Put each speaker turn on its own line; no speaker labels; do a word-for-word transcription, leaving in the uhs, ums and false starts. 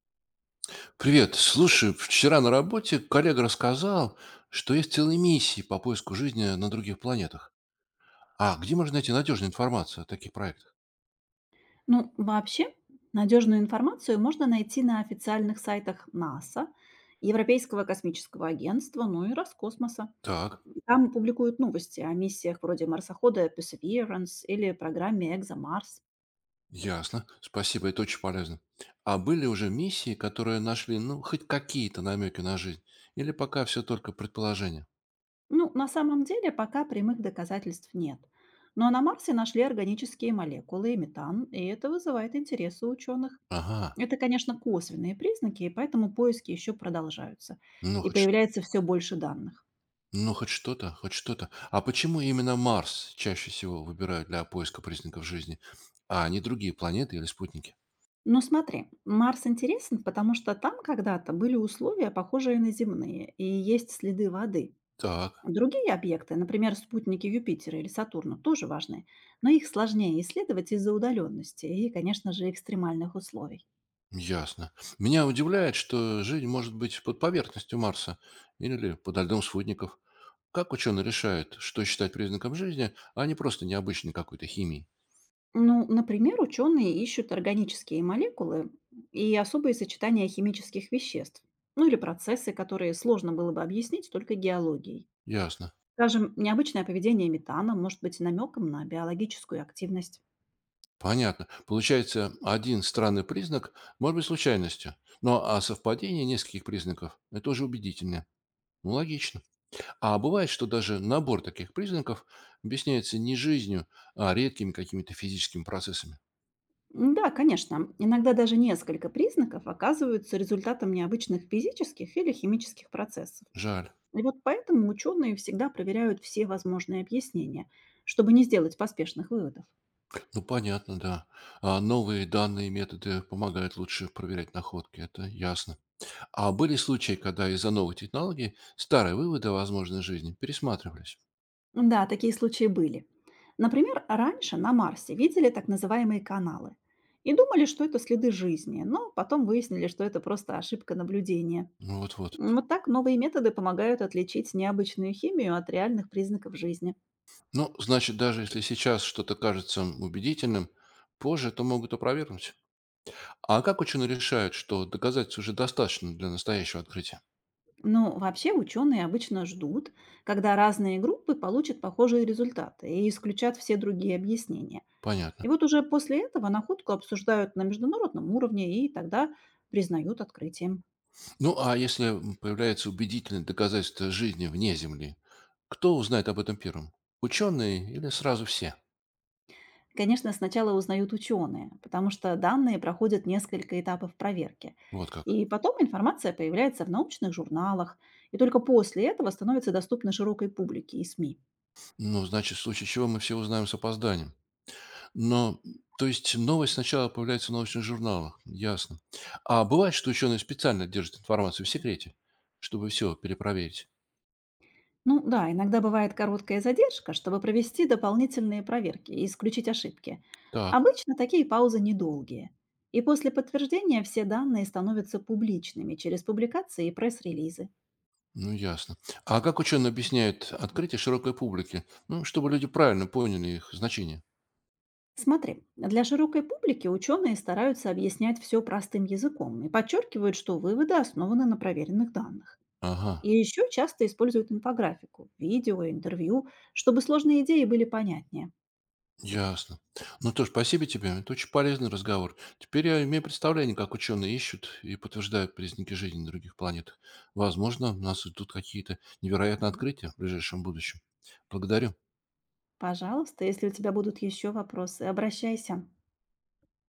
Привет. Слушай, вчера на работе коллега рассказал, что есть целые миссии по поиску жизни на других планетах. А где можно найти надежную информацию о таких проектах?
Ну, вообще, надежную информацию можно найти на официальных сайтах НАСА, Европейского космического агентства, ну и Роскосмоса.
Так,
Там публикуют новости о миссиях вроде марсохода персеверанс или программе экзомарс.
ясно. Спасибо, это очень полезно. А были уже миссии, которые нашли, ну, хоть какие-то намеки на жизнь? Или пока все только предположения?
Ну, на самом деле, пока прямых доказательств нет. Но на Марсе нашли органические молекулы и метан, и это вызывает интерес у ученых.
Ага,
Это, конечно, косвенные признаки, и поэтому поиски еще продолжаются.
ну,
И
хоть, ш-
появляется все больше данных.
ну, хоть что-то, хоть что-то. А почему именно Марс чаще всего выбирают для поиска признаков жизни, а не другие планеты или спутники?
Ну смотри, Марс интересен, потому что там когда-то были условия, похожие на земные, и есть следы воды.
Так.
Другие объекты, например, спутники Юпитера или Сатурна, тоже важны, но их сложнее исследовать из-за удаленности и, конечно же, экстремальных условий.
Ясно. Меня удивляет, что жизнь может быть под поверхностью Марса или под льдом спутников. Как ученые решают, что считать признаком жизни, а не просто необычной какой-то химией?
Ну, например, ученые ищут органические молекулы и особые сочетания химических веществ, ну или процессы, которые сложно было бы объяснить только геологией.
Ясно.
Скажем, необычное поведение метана может быть намеком на биологическую активность.
Понятно. Получается, один странный признак может быть случайностью. Ну, а совпадение нескольких признаков – это уже убедительно. Ну, логично. А бывает, что даже набор таких признаков объясняется не жизнью, а редкими какими-то физическими процессами.
М, Да, конечно. Иногда даже несколько признаков оказываются результатом необычных физических или химических процессов.
Жаль.
И вот поэтому ученые всегда проверяют все возможные объяснения, чтобы не сделать поспешных выводов.
Ну, понятно, да. А новые данные и методы помогают лучше проверять находки, это ясно. А были случаи, когда из-за новой технологии старые выводы о возможной жизни пересматривались?
Да, такие случаи были. Например, раньше на Марсе видели так называемые каналы и думали, что это следы жизни, но потом выяснили, что это просто ошибка наблюдения.
Ну, вот-вот.
М, Вот так новые методы помогают отличить необычную химию от реальных признаков жизни.
Ну, значит, даже если сейчас что-то кажется убедительным, позже это могут опровергнуть. А как ученые решают, что доказательств уже достаточно для настоящего открытия?
Ну, вообще ученые обычно ждут, когда разные группы получат похожие результаты и исключат все другие объяснения.
Понятно.
И вот уже после этого находку обсуждают на международном уровне и тогда признают открытием.
Ну, а если появляется убедительное доказательство жизни вне Земли, кто узнает об этом первым? Ученые или сразу все?
Конечно, сначала узнают ученые, потому что данные проходят несколько этапов проверки.
Вот как.
И потом информация появляется в научных журналах, и только после этого становится доступна широкой публике и эс эм и.
Ну, значит, в случае чего мы все узнаем с опозданием. Но, то есть, новость сначала появляется в научных журналах. Ясно. А бывает, что ученые специально держат информацию в секрете, чтобы все перепроверить?
Ну да, иногда бывает короткая задержка, чтобы провести дополнительные проверки и исключить ошибки.
Так,
Обычно такие паузы недолгие. И после подтверждения все данные становятся публичными через публикации и пресс-релизы.
ну ясно. А как ученые объясняют открытие широкой публике? Ну, чтобы люди правильно поняли их значение.
Смотри, для широкой публики ученые стараются объяснять все простым языком и подчеркивают, что выводы основаны на проверенных данных.
Ага.
И еще часто используют инфографику, видео, интервью, чтобы сложные идеи были понятнее.
Ясно. Ну тоже спасибо тебе. Это очень полезный разговор. Теперь я имею представление, как ученые ищут и подтверждают признаки жизни на других планетах. Возможно, нас ждут какие-то невероятные открытия в ближайшем будущем. Благодарю.
Пожалуйста, если у тебя будут еще вопросы, обращайся.